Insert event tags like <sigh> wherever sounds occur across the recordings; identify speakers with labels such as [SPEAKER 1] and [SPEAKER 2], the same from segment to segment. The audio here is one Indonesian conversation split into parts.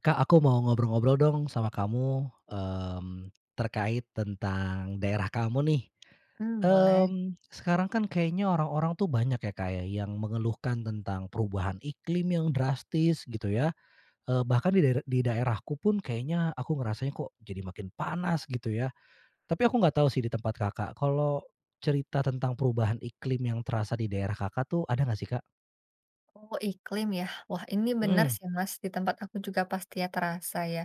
[SPEAKER 1] Kak, aku mau ngobrol-ngobrol dong sama kamu, terkait tentang daerah kamu nih.
[SPEAKER 2] Boleh.
[SPEAKER 1] Sekarang kan kayaknya orang-orang tuh banyak ya, kayak yang mengeluhkan tentang perubahan iklim yang drastis gitu ya, bahkan di daerahku pun kayaknya aku ngerasanya kok jadi makin panas gitu ya. Tapi aku nggak tahu sih di tempat Kakak, kalau cerita tentang perubahan iklim yang terasa di daerah Kakak tuh ada nggak sih, Kak?
[SPEAKER 2] Oh, iklim ya? Wah, ini benar
[SPEAKER 1] Hmm,
[SPEAKER 2] sih, Mas, di tempat aku juga pasti ya terasa ya.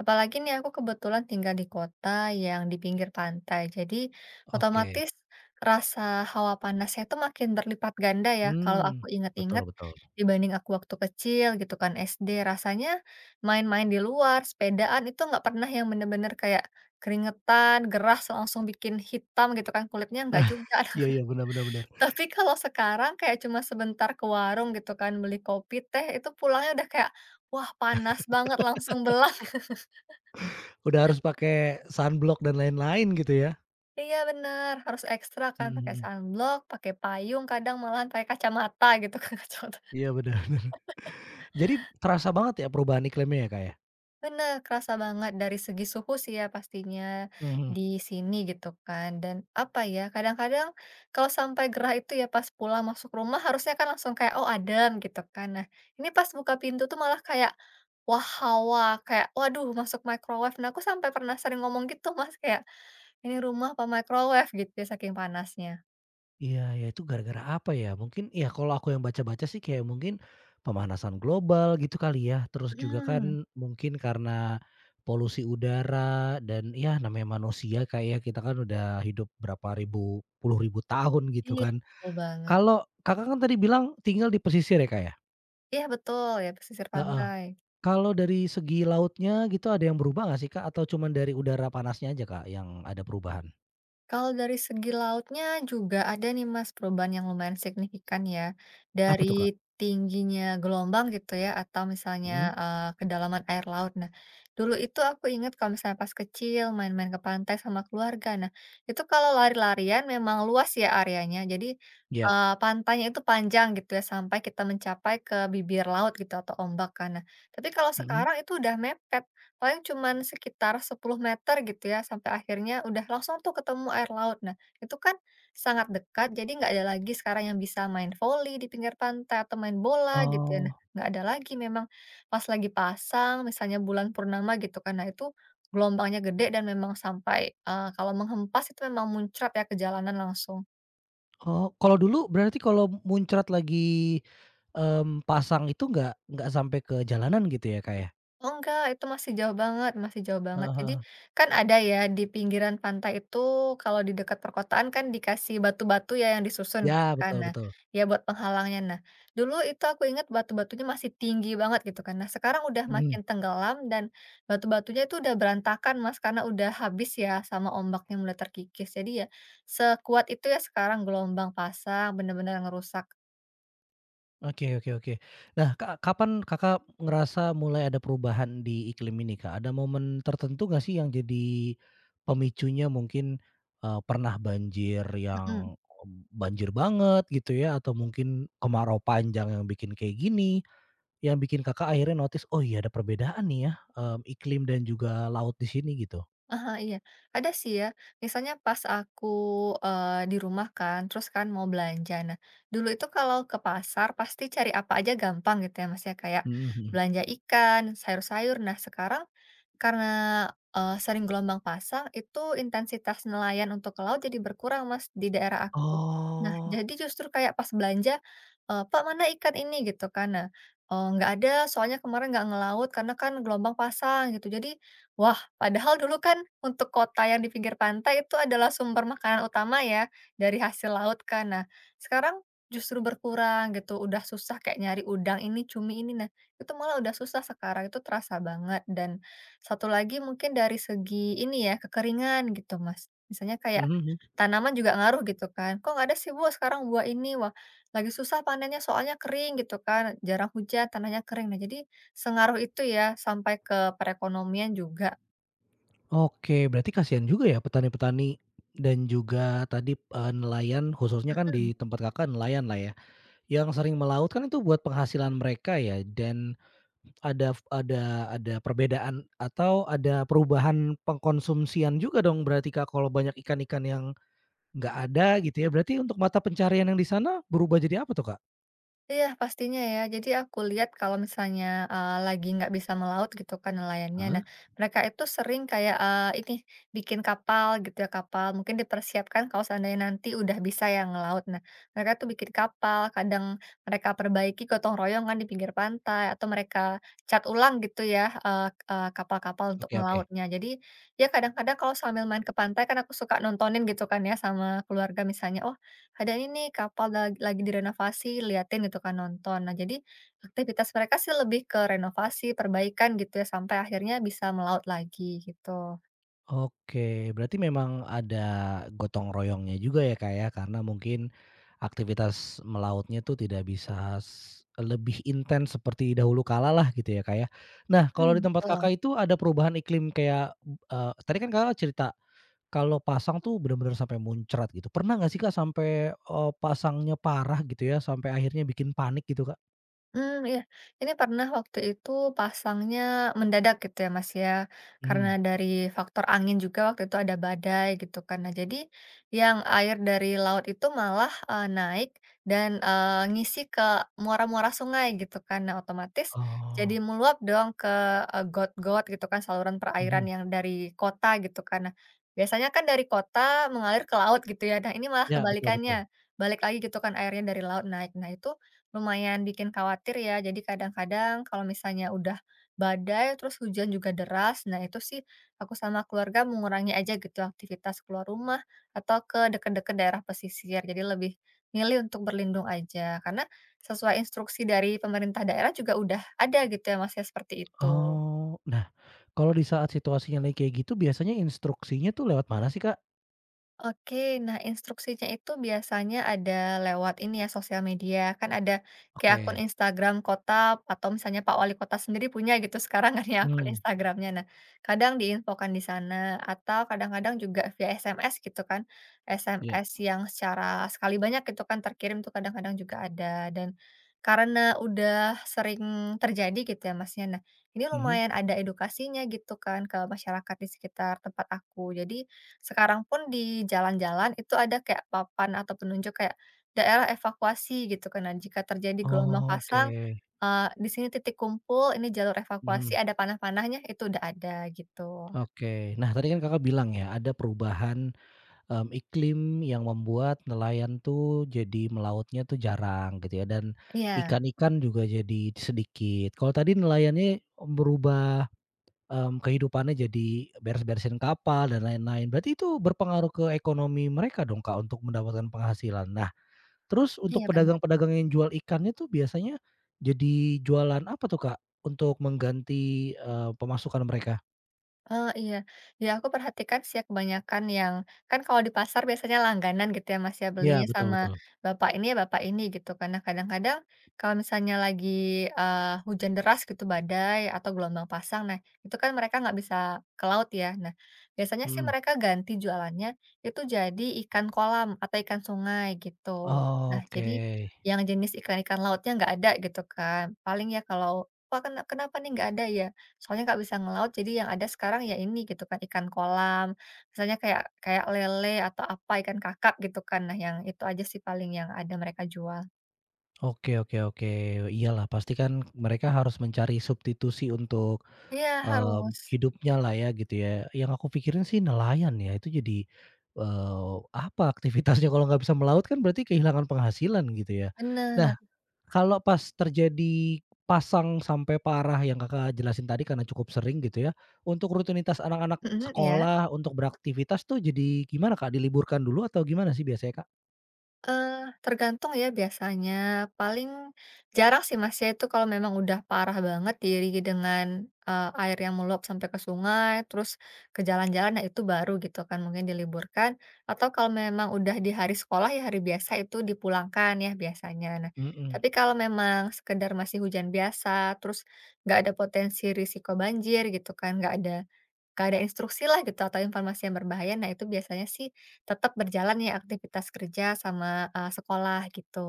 [SPEAKER 2] Apalagi nih aku kebetulan tinggal di kota yang di pinggir pantai. Jadi
[SPEAKER 1] oke.
[SPEAKER 2] otomatis rasa hawa panasnya itu makin berlipat ganda ya kalau
[SPEAKER 1] Hmm,
[SPEAKER 2] aku
[SPEAKER 1] betul
[SPEAKER 2] inget-inget
[SPEAKER 1] betul.
[SPEAKER 2] dibanding aku waktu kecil gitu kan SD. Rasanya main-main di luar, sepedaan itu nggak pernah yang bener-bener kayak keringetan, gerah, langsung bikin hitam gitu kan kulitnya, nggak
[SPEAKER 1] <laughs>
[SPEAKER 2] juga.
[SPEAKER 1] Iya iya, benar benar benar.
[SPEAKER 2] Tapi kalau sekarang kayak cuma sebentar ke warung gitu kan beli kopi, teh, itu pulangnya udah kayak, wah panas banget langsung belah. <laughs>
[SPEAKER 1] Udah harus pakai sunblock dan lain-lain gitu ya?
[SPEAKER 2] Iya bener, harus ekstra kan
[SPEAKER 1] Mhm
[SPEAKER 2] pakai
[SPEAKER 1] mhm.
[SPEAKER 2] sunblock, pakai payung, kadang malahan pakai kacamata gitu kan, <laughs> kacamata.
[SPEAKER 1] Iya bener bener. <laughs> Jadi terasa banget ya perubahan iklimnya ya, Kak, ya?
[SPEAKER 2] Bener, kerasa banget dari segi suhu sih ya pastinya
[SPEAKER 1] Mhm.
[SPEAKER 2] di sini gitu kan. Dan apa ya, kadang-kadang kalau sampai gerah itu ya pas pulang masuk rumah harusnya kan langsung kayak oh adem gitu kan. Nah, ini pas buka pintu tuh malah kayak wah hawa, kayak waduh masuk microwave. Nah, aku sampai pernah sering ngomong gitu Mas kayak ini rumah apa microwave gitu ya saking panasnya.
[SPEAKER 1] Iya iya, itu gara-gara apa ya? Mungkin ya kalau aku yang baca-baca sih kayak mungkin pemanasan global gitu kali ya, terus juga
[SPEAKER 2] Hmm,
[SPEAKER 1] kan mungkin karena polusi udara dan ya namanya manusia, Kak, ya kita kan udah hidup berapa ribu puluh ribu tahun gitu
[SPEAKER 2] iya
[SPEAKER 1] kan.
[SPEAKER 2] betul banget.
[SPEAKER 1] Kalau Kakak kan tadi bilang tinggal di pesisir ya, Kak, ya?
[SPEAKER 2] Iya betul ya pesisir
[SPEAKER 1] Heeh.
[SPEAKER 2] pantai.
[SPEAKER 1] Kalau dari segi lautnya gitu ada yang berubah nggak sih, Kak? Atau cuman dari udara panasnya aja, Kak, yang ada perubahan?
[SPEAKER 2] Kalau dari segi lautnya juga ada nih Mas perubahan yang lumayan signifikan ya.
[SPEAKER 1] Apa tuh, Kak?
[SPEAKER 2] Dari tingginya gelombang gitu ya atau misalnya,
[SPEAKER 1] Mhm,
[SPEAKER 2] kedalaman air laut. Nah, dulu itu aku ingat kalau misalnya pas kecil main-main ke pantai sama keluarga. Nah, itu kalau lari-larian memang luas ya areanya. Jadi,
[SPEAKER 1] iya,
[SPEAKER 2] pantainya itu panjang gitu ya sampai kita mencapai ke bibir laut gitu atau ombak kan. Nah, tapi kalau
[SPEAKER 1] mhm.
[SPEAKER 2] sekarang itu udah mepet. Paling cuman sekitar 10 meter gitu ya, sampai akhirnya udah langsung tuh ketemu air laut. Nah, itu kan sangat dekat, jadi nggak ada lagi sekarang yang bisa main voli di pinggir pantai atau main bola gitu ya. Nah,
[SPEAKER 1] Oh
[SPEAKER 2] nggak ada lagi memang pas lagi pasang, misalnya bulan purnama gitu kan, nah itu gelombangnya gede dan memang sampai, kalau menghempas itu memang muncrat ya ke jalanan langsung.
[SPEAKER 1] oh, kalau dulu berarti kalau muncrat lagi, pasang itu nggak sampai ke jalanan gitu ya, Kak, ya?
[SPEAKER 2] Oh enggak, itu masih jauh banget masih jauh banget.
[SPEAKER 1] Heeh
[SPEAKER 2] Jadi,
[SPEAKER 1] heeh.
[SPEAKER 2] kan ada ya di pinggiran pantai itu kalau di dekat perkotaan kan dikasih batu-batu ya yang disusun gitu
[SPEAKER 1] Ya,
[SPEAKER 2] kan.
[SPEAKER 1] betul
[SPEAKER 2] Nah,
[SPEAKER 1] betul.
[SPEAKER 2] ya buat penghalangnya. Nah, dulu itu aku ingat batu-batunya masih tinggi banget gitu kan. Nah, sekarang udah
[SPEAKER 1] Mhm.
[SPEAKER 2] makin tenggelam dan batu-batunya itu udah berantakan Mas, karena udah habis ya sama ombaknya mulai terkikis. Jadi ya, sekuat itu ya sekarang gelombang pasang bener-bener ngerusak.
[SPEAKER 1] Oke oke oke. Nah, Kak, kapan Kakak ngerasa mulai ada perubahan di iklim ini, Kak? Ada momen tertentu nggak sih yang jadi pemicunya mungkin, pernah banjir
[SPEAKER 2] Mhm.
[SPEAKER 1] yang banjir banget gitu ya atau mungkin kemarau panjang yang bikin kayak gini, yang bikin Kakak akhirnya notice, "Oh iya, ada perbedaan nih ya, iklim dan juga laut di sini," gitu?
[SPEAKER 2] Aha, iya. Ada sih ya, misalnya pas aku, di rumah kan, terus kan mau belanja. Nah, dulu itu kalau ke pasar pasti cari apa aja gampang gitu ya Mas ya, kayak
[SPEAKER 1] Mhm mhm.
[SPEAKER 2] belanja ikan, sayur-sayur. Nah sekarang karena, sering gelombang pasang, itu intensitas nelayan untuk ke laut jadi berkurang, Mas, di daerah aku. Nah,
[SPEAKER 1] Oh.
[SPEAKER 2] jadi justru kayak pas belanja, "Pak, mana ikan ini?" Gitu kan. Nah, "Nggak ada, soalnya kemarin nggak ngelaut karena kan gelombang pasang," gitu. Jadi, wah, padahal dulu kan untuk kota yang di pinggir pantai itu adalah sumber makanan utama ya, dari hasil laut kan. Nah, sekarang justru berkurang gitu, udah susah kayak nyari udang ini, cumi ini. Nah, itu malah udah susah sekarang, itu terasa banget dan satu lagi mungkin dari segi ini ya, kekeringan gitu, Mas. Misalnya kayak
[SPEAKER 1] Mhm mhm.
[SPEAKER 2] tanaman juga ngaruh gitu kan, "Kok nggak ada sih, Bu, sekarang buah ini?" Wah, lagi susah panennya soalnya kering gitu kan, jarang hujan, tanahnya kering. Nah, jadi sengaruh itu ya sampai ke perekonomian juga.
[SPEAKER 1] Oke, berarti kasihan juga ya petani-petani dan juga tadi, nelayan khususnya kan
[SPEAKER 2] Mhm.
[SPEAKER 1] di tempat Kakak nelayan lah ya, yang sering melaut kan itu buat penghasilan mereka ya, dan ada perbedaan atau ada perubahan pengkonsumsian juga dong berarti Kak kalau banyak ikan-ikan yang nggak ada gitu ya, berarti untuk mata pencarian yang di sana berubah jadi apa tuh, Kak?
[SPEAKER 2] Iya, pastinya ya. Jadi aku lihat kalau misalnya, lagi nggak bisa melaut gitu kan nelayannya. Nah,
[SPEAKER 1] Heeh,
[SPEAKER 2] mereka itu sering kayak, ini bikin kapal gitu ya, kapal mungkin dipersiapkan kalau seandainya nanti udah bisa ya ngelaut. Nah, mereka tuh bikin kapal, kadang mereka perbaiki gotong royong kan di pinggir pantai atau mereka cat ulang gitu ya, eee eee, kapal-kapal untuk
[SPEAKER 1] oke oke.
[SPEAKER 2] melautnya. Jadi, ya kadang-kadang kalau sambil main ke pantai kan aku suka nontonin gitu kan ya sama keluarga misalnya. Ada ini nih kapal lagi direnovasi, liatin gitu kan, nonton. Nah, jadi aktivitas mereka sih lebih ke renovasi, perbaikan gitu ya, sampai akhirnya bisa melaut lagi gitu.
[SPEAKER 1] Oke, berarti memang ada gotong royongnya juga ya, Kak, ya, karena mungkin aktivitas melautnya tuh tidak bisa s lebih intens seperti dahulu kala lah gitu ya, Kak, ya. Nah, kalau
[SPEAKER 2] Mmm.
[SPEAKER 1] di tempat
[SPEAKER 2] Betul.
[SPEAKER 1] Kakak itu ada perubahan iklim kayak, tadi kan Kakak cerita kalau pasang tuh benar-benar sampai muncrat gitu. Pernah nggak sih, Kak, sampai, pasangnya parah gitu ya, sampai akhirnya bikin panik gitu, Kak?
[SPEAKER 2] Hmm iya. Ini pernah waktu itu pasangnya mendadak gitu ya, Mas, ya. Karena
[SPEAKER 1] Mhm.
[SPEAKER 2] dari faktor angin juga waktu itu ada badai gitu kan. Nah, jadi yang air dari laut itu malah, naik dan, ngisi ke muara-muara sungai gitu kan. Nah, otomatis jadi
[SPEAKER 1] Oh,
[SPEAKER 2] meluap dong ke, got-got gitu kan, saluran perairan
[SPEAKER 1] mhm.
[SPEAKER 2] yang dari kota gitu kan. Nah, biasanya kan dari kota mengalir ke laut gitu ya. Nah, ini malah
[SPEAKER 1] Ya, betul betul.
[SPEAKER 2] kebalikannya, balik lagi gitu kan airnya dari laut naik. Nah, itu lumayan bikin khawatir ya, jadi kadang-kadang kalau misalnya udah badai, terus hujan juga deras, nah itu sih aku sama keluarga mengurangi aja gitu aktivitas keluar rumah atau ke deket-deket daerah pesisir. Jadi lebih milih untuk berlindung aja, karena sesuai instruksi dari pemerintah daerah juga udah ada gitu ya Mas ya, seperti itu.
[SPEAKER 1] Oh, nah, kalau di saat situasinya lagi kayak gitu biasanya instruksinya tuh lewat mana sih, Kak?
[SPEAKER 2] Oke, nah instruksinya itu biasanya ada lewat ini ya, sosial media. Kan ada kayak akun
[SPEAKER 1] Oke.
[SPEAKER 2] Instagram kota atau misalnya Pak Wali Kota sendiri punya gitu sekarang kan ya akun
[SPEAKER 1] Hmm.
[SPEAKER 2] Instagramnya. Nah, kadang diinfokan di sana atau kadang-kadang juga via SMS gitu kan.
[SPEAKER 1] Iya,
[SPEAKER 2] SMS yang secara sekali banyak gitu kan terkirim tuh kadang-kadang juga ada. Dan karena udah sering terjadi gitu ya Masnya. Nah, ini
[SPEAKER 1] mhm.
[SPEAKER 2] lumayan ada edukasinya gitu kan ke masyarakat di sekitar tempat aku. Jadi sekarang pun di jalan-jalan itu ada kayak papan atau penunjuk kayak daerah evakuasi gitu kan. Nah, jika terjadi gelombang
[SPEAKER 1] Oh, oke.
[SPEAKER 2] pasang, di sini titik kumpul, ini jalur
[SPEAKER 1] Mhm,
[SPEAKER 2] evakuasi, ada panah-panahnya, itu udah ada gitu.
[SPEAKER 1] oke. Nah, tadi kan Kakak bilang ya ada perubahan, iklim yang membuat nelayan tuh jadi melautnya tuh jarang gitu ya, dan
[SPEAKER 2] Iya,
[SPEAKER 1] ikan-ikan juga jadi sedikit. Kalau tadi nelayannya berubah, kehidupannya jadi beres-beresin kapal dan lain-lain. Berarti itu berpengaruh ke ekonomi mereka dong, Kak, untuk mendapatkan penghasilan. Nah, terus
[SPEAKER 2] iya
[SPEAKER 1] untuk
[SPEAKER 2] bener.
[SPEAKER 1] pedagang-pedagang yang jual ikannya tuh biasanya jadi jualan apa tuh, Kak, untuk mengganti, pemasukan mereka?
[SPEAKER 2] Oh iya, ya aku perhatikan sih ya kebanyakan yang kan kalau di pasar biasanya langganan gitu ya Mas ya belinya
[SPEAKER 1] Iya, betul
[SPEAKER 2] sama
[SPEAKER 1] betul.
[SPEAKER 2] bapak ini ya bapak ini gitu karena kadang-kadang kalau misalnya lagi hujan deras gitu badai atau gelombang pasang nah itu kan mereka nggak bisa ke laut ya nah biasanya sih
[SPEAKER 1] Mhm.
[SPEAKER 2] mereka ganti jualannya itu jadi ikan kolam atau ikan sungai gitu nah jadi
[SPEAKER 1] Oke.
[SPEAKER 2] yang jenis ikan-ikan lautnya nggak ada gitu kan paling ya kalau wah, kenapa nih nggak ada ya? Soalnya nggak bisa ngelaut, jadi yang ada sekarang ya ini gitu kan, ikan kolam, misalnya kayak kayak lele atau apa, ikan kakap gitu kan. Nah yang itu aja sih paling yang ada mereka jual.
[SPEAKER 1] Oke oke oke. Iya lah, pasti kan mereka harus mencari substitusi untuk,
[SPEAKER 2] Iya harus,
[SPEAKER 1] hidupnya lah ya gitu ya. Yang aku pikirin sih nelayan ya, itu jadi, apa aktivitasnya kalau nggak bisa melaut kan berarti kehilangan penghasilan gitu ya.
[SPEAKER 2] bener,
[SPEAKER 1] Nah, kalau pas terjadi pasang sampai parah yang Kakak jelasin tadi karena cukup sering gitu ya, untuk rutinitas anak-anak
[SPEAKER 2] mhm, iya.
[SPEAKER 1] sekolah untuk beraktivitas tuh jadi gimana, Kak? Diliburkan dulu atau gimana sih biasanya, Kak?
[SPEAKER 2] Tergantung ya biasanya, paling jarang sih Mas ya itu kalau memang udah parah banget diri dengan, air yang meluap sampai ke sungai, terus ke jalan-jalan, nah itu baru gitu kan mungkin diliburkan, atau kalau memang udah di hari sekolah ya hari biasa itu dipulangkan ya biasanya. Nah,
[SPEAKER 1] Mhm,
[SPEAKER 2] tapi kalau memang sekedar masih hujan biasa, terus nggak ada potensi risiko banjir gitu kan, nggak ada instruksilah gitu atau informasi yang berbahaya, nah itu biasanya sih tetap berjalan ya aktivitas kerja sama, sekolah gitu.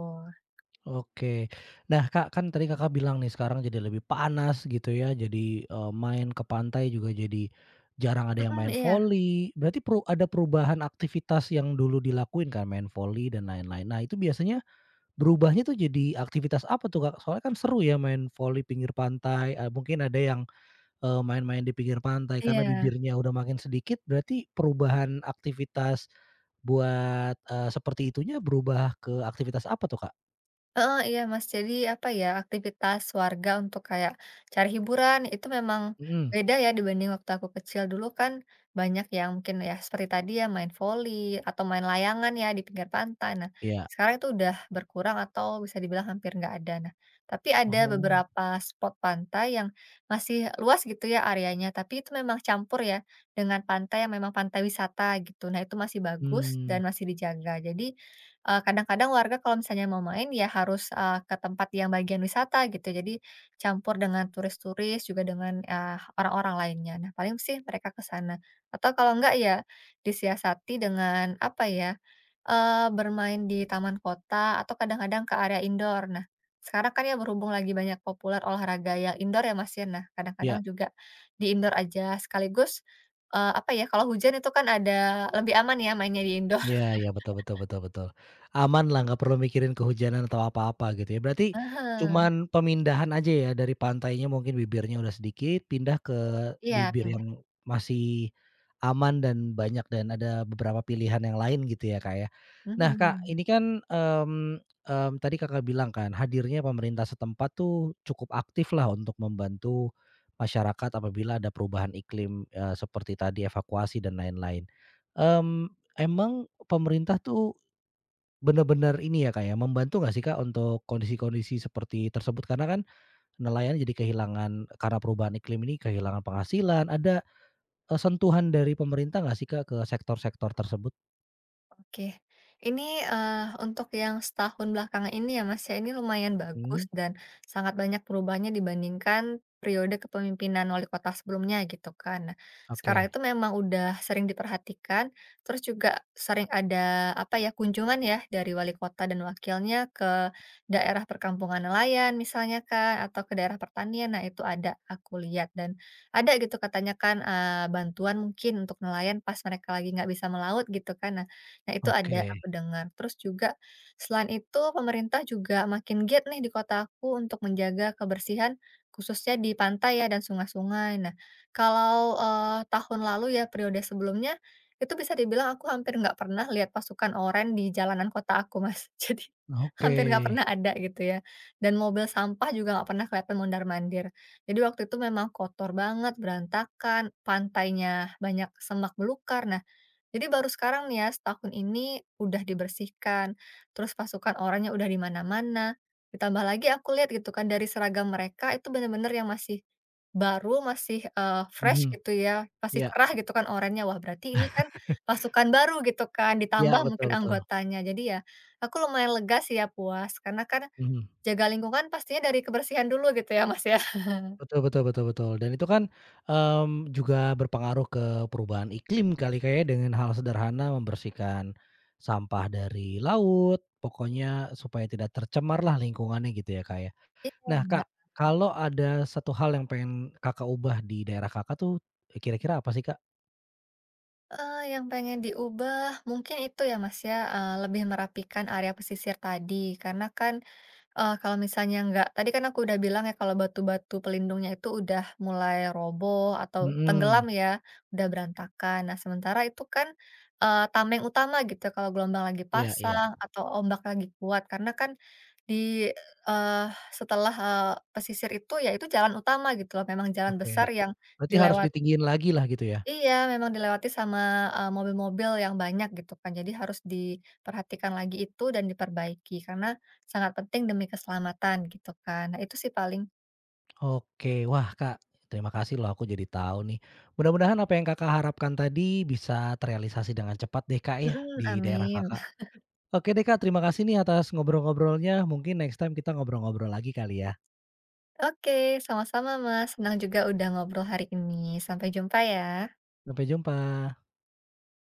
[SPEAKER 1] oke. Nah, Kak, kan tadi Kakak bilang nih sekarang jadi lebih panas gitu ya, jadi, main ke pantai juga jadi jarang ada yang
[SPEAKER 2] Mhm,
[SPEAKER 1] main
[SPEAKER 2] iya
[SPEAKER 1] voli, berarti ada perubahan aktivitas yang dulu dilakuin kan, main voli dan lain-lain. Nah, itu biasanya berubahnya tuh jadi aktivitas apa tuh, Kak? Soalnya kan seru ya main voli pinggir pantai, mungkin ada yang, main-main di pinggir pantai karena
[SPEAKER 2] iya.
[SPEAKER 1] bibirnya udah makin sedikit berarti perubahan aktivitas buat, seperti itunya berubah ke aktivitas apa tuh, Kak?
[SPEAKER 2] Heeh, iya, Mas. Jadi apa ya, aktivitas warga untuk kayak cari hiburan itu memang
[SPEAKER 1] Mhm,
[SPEAKER 2] beda ya dibanding waktu aku kecil. Dulu kan banyak yang mungkin ya seperti tadi ya main voli atau main layangan ya di pinggir pantai. Nah,
[SPEAKER 1] iya.
[SPEAKER 2] sekarang itu udah berkurang atau bisa dibilang hampir nggak ada. Nah, tapi ada
[SPEAKER 1] Oh,
[SPEAKER 2] beberapa spot pantai yang masih luas gitu ya areanya, tapi itu memang campur ya dengan pantai yang memang pantai wisata gitu. Nah, itu masih bagus
[SPEAKER 1] mmm,
[SPEAKER 2] dan masih dijaga. Jadi kadang-kadang warga kalau misalnya mau main ya harus, ke tempat yang bagian wisata gitu, jadi campur dengan turis-turis juga dengan, orang-orang lainnya. Nah, paling sih mereka ke sana. Atau kalau enggak ya disiasati dengan apa ya, bermain di taman kota atau kadang-kadang ke area indoor. Nah, sekarang kan ya berhubung lagi banyak populer olahraga yang indoor ya, Mas, ya. Nah, kadang-kadang
[SPEAKER 1] iya.
[SPEAKER 2] juga di indoor aja sekaligus, apa ya, kalau hujan itu kan ada lebih aman ya mainnya di indoor.
[SPEAKER 1] Iya
[SPEAKER 2] <laughs>
[SPEAKER 1] iya, betul betul betul betul. Aman lah, nggak perlu mikirin kehujanan atau apa-apa gitu ya. Berarti
[SPEAKER 2] Ah
[SPEAKER 1] cuman pemindahan aja ya dari pantainya mungkin bibirnya udah sedikit, pindah ke
[SPEAKER 2] iya
[SPEAKER 1] bibir
[SPEAKER 2] pindah.
[SPEAKER 1] yang masih aman dan banyak dan ada beberapa pilihan yang lain gitu ya, Kak, ya. Nah, Kak,
[SPEAKER 2] Mhm.
[SPEAKER 1] ini kan, tadi Kakak bilang kan hadirnya pemerintah setempat tuh cukup aktif lah untuk membantu masyarakat apabila ada perubahan iklim, seperti tadi evakuasi dan lain-lain. Mmm Emang pemerintah tuh benar-benar ini ya, Kak, ya, membantu nggak sih, Kak, untuk kondisi-kondisi seperti tersebut? Karena kan nelayan jadi kehilangan, karena perubahan iklim ini kehilangan penghasilan, ada, sentuhan dari pemerintah nggak sih, Kak, ke sektor-sektor tersebut?
[SPEAKER 2] Oke. Ini, untuk yang setahun belakangan ini ya, Mas, ya, ini lumayan
[SPEAKER 1] Hmm.
[SPEAKER 2] bagus dan sangat banyak perubahannya dibandingkan periode kepemimpinan wali kota sebelumnya gitu kan. Nah, sekarang
[SPEAKER 1] Oke
[SPEAKER 2] itu memang udah sering diperhatikan, terus juga sering ada, apa ya, kunjungan ya dari wali kota dan wakilnya ke daerah perkampungan nelayan misalnya kan, atau ke daerah pertanian. Nah, itu ada aku lihat dan ada gitu katanya kan, bantuan mungkin untuk nelayan pas mereka lagi nggak bisa melaut gitu kan. Nah, Nah, itu
[SPEAKER 1] oke
[SPEAKER 2] ada aku dengar. Terus juga selain itu pemerintah juga makin giat nih di kota aku untuk menjaga kebersihan khususnya di pantai ya dan sungai-sungai. Nah, kalau, tahun lalu ya periode sebelumnya, itu bisa dibilang aku hampir nggak pernah lihat pasukan oranye di jalanan kota aku, Mas. <laughs> Jadi
[SPEAKER 1] oke,
[SPEAKER 2] hampir nggak pernah ada gitu ya, dan mobil sampah juga nggak pernah kelihatan mondar-mandir. Jadi waktu itu memang kotor banget, berantakan, pantainya banyak semak belukar. Nah jadi baru sekarang nih ya, setahun ini udah dibersihkan, terus pasukan orangnya udah di mana-mana, ditambah lagi aku lihat gitu kan dari seragam mereka itu bener-bener yang masih baru, masih, fresh
[SPEAKER 1] mhm.
[SPEAKER 2] gitu ya, masih
[SPEAKER 1] Ya.
[SPEAKER 2] cerah gitu kan oranye. Wah berarti ini kan pasukan baru gitu kan,
[SPEAKER 1] Ya,
[SPEAKER 2] ditambah
[SPEAKER 1] betul
[SPEAKER 2] mungkin
[SPEAKER 1] betul,
[SPEAKER 2] anggotanya. Jadi ya, aku lumayan lega sih ya, puas, karena kan
[SPEAKER 1] mhm.
[SPEAKER 2] jaga lingkungan pastinya dari kebersihan dulu gitu ya, Mas, ya. <laughs>
[SPEAKER 1] Betul betul betul betul, dan itu kan, juga berpengaruh ke perubahan iklim kali Kak, ya, dengan hal sederhana membersihkan sampah dari laut, pokoknya supaya tidak tercemar lah lingkungannya gitu ya, Kak, ya. Nah,
[SPEAKER 2] Iya,
[SPEAKER 1] Kak, kalau ada satu hal yang pengen Kakak ubah di daerah Kakak tuh, kira-kira apa sih, Kak?
[SPEAKER 2] Yang pengen diubah mungkin itu ya, Mas, ya, lebih merapikan area pesisir tadi. Karena kan, kalau misalnya nggak tadi kan aku udah bilang ya kalau batu-batu pelindungnya itu udah mulai roboh atau tenggelam
[SPEAKER 1] Mhm,
[SPEAKER 2] ya, udah berantakan. Nah, sementara itu kan, tameng utama gitu ya, kalau gelombang lagi
[SPEAKER 1] iya iya,
[SPEAKER 2] pasang atau ombak lagi kuat. Karena kan di eee, setelah, pesisir itu ya itu jalan utama gitu loh, memang jalan
[SPEAKER 1] oke.
[SPEAKER 2] besar yang
[SPEAKER 1] Berarti harus
[SPEAKER 2] dilewati.
[SPEAKER 1] ditinggiin lagi lah gitu ya?
[SPEAKER 2] Iya, memang dilewati sama, mobil-mobil yang banyak gitu kan. Jadi harus diperhatikan lagi itu dan diperbaiki karena sangat penting demi keselamatan gitu kan. Nah itu sih paling
[SPEAKER 1] Oke. Wah, Kak, terima kasih loh, aku jadi tahu nih. Mudah-mudahan apa yang Kakak harapkan tadi bisa terrealisasi dengan cepat deh, Kak, ya,
[SPEAKER 2] mhm,
[SPEAKER 1] di daerah
[SPEAKER 2] amin.
[SPEAKER 1] Kakak.
[SPEAKER 2] <laughs>
[SPEAKER 1] Oke deh, Kak, terima kasih nih atas ngobrol-ngobrolnya. Mungkin next time kita ngobrol-ngobrol lagi kali ya.
[SPEAKER 2] Oke, sama-sama Mas, senang juga udah ngobrol hari ini. Sampai jumpa ya.
[SPEAKER 1] Sampai jumpa.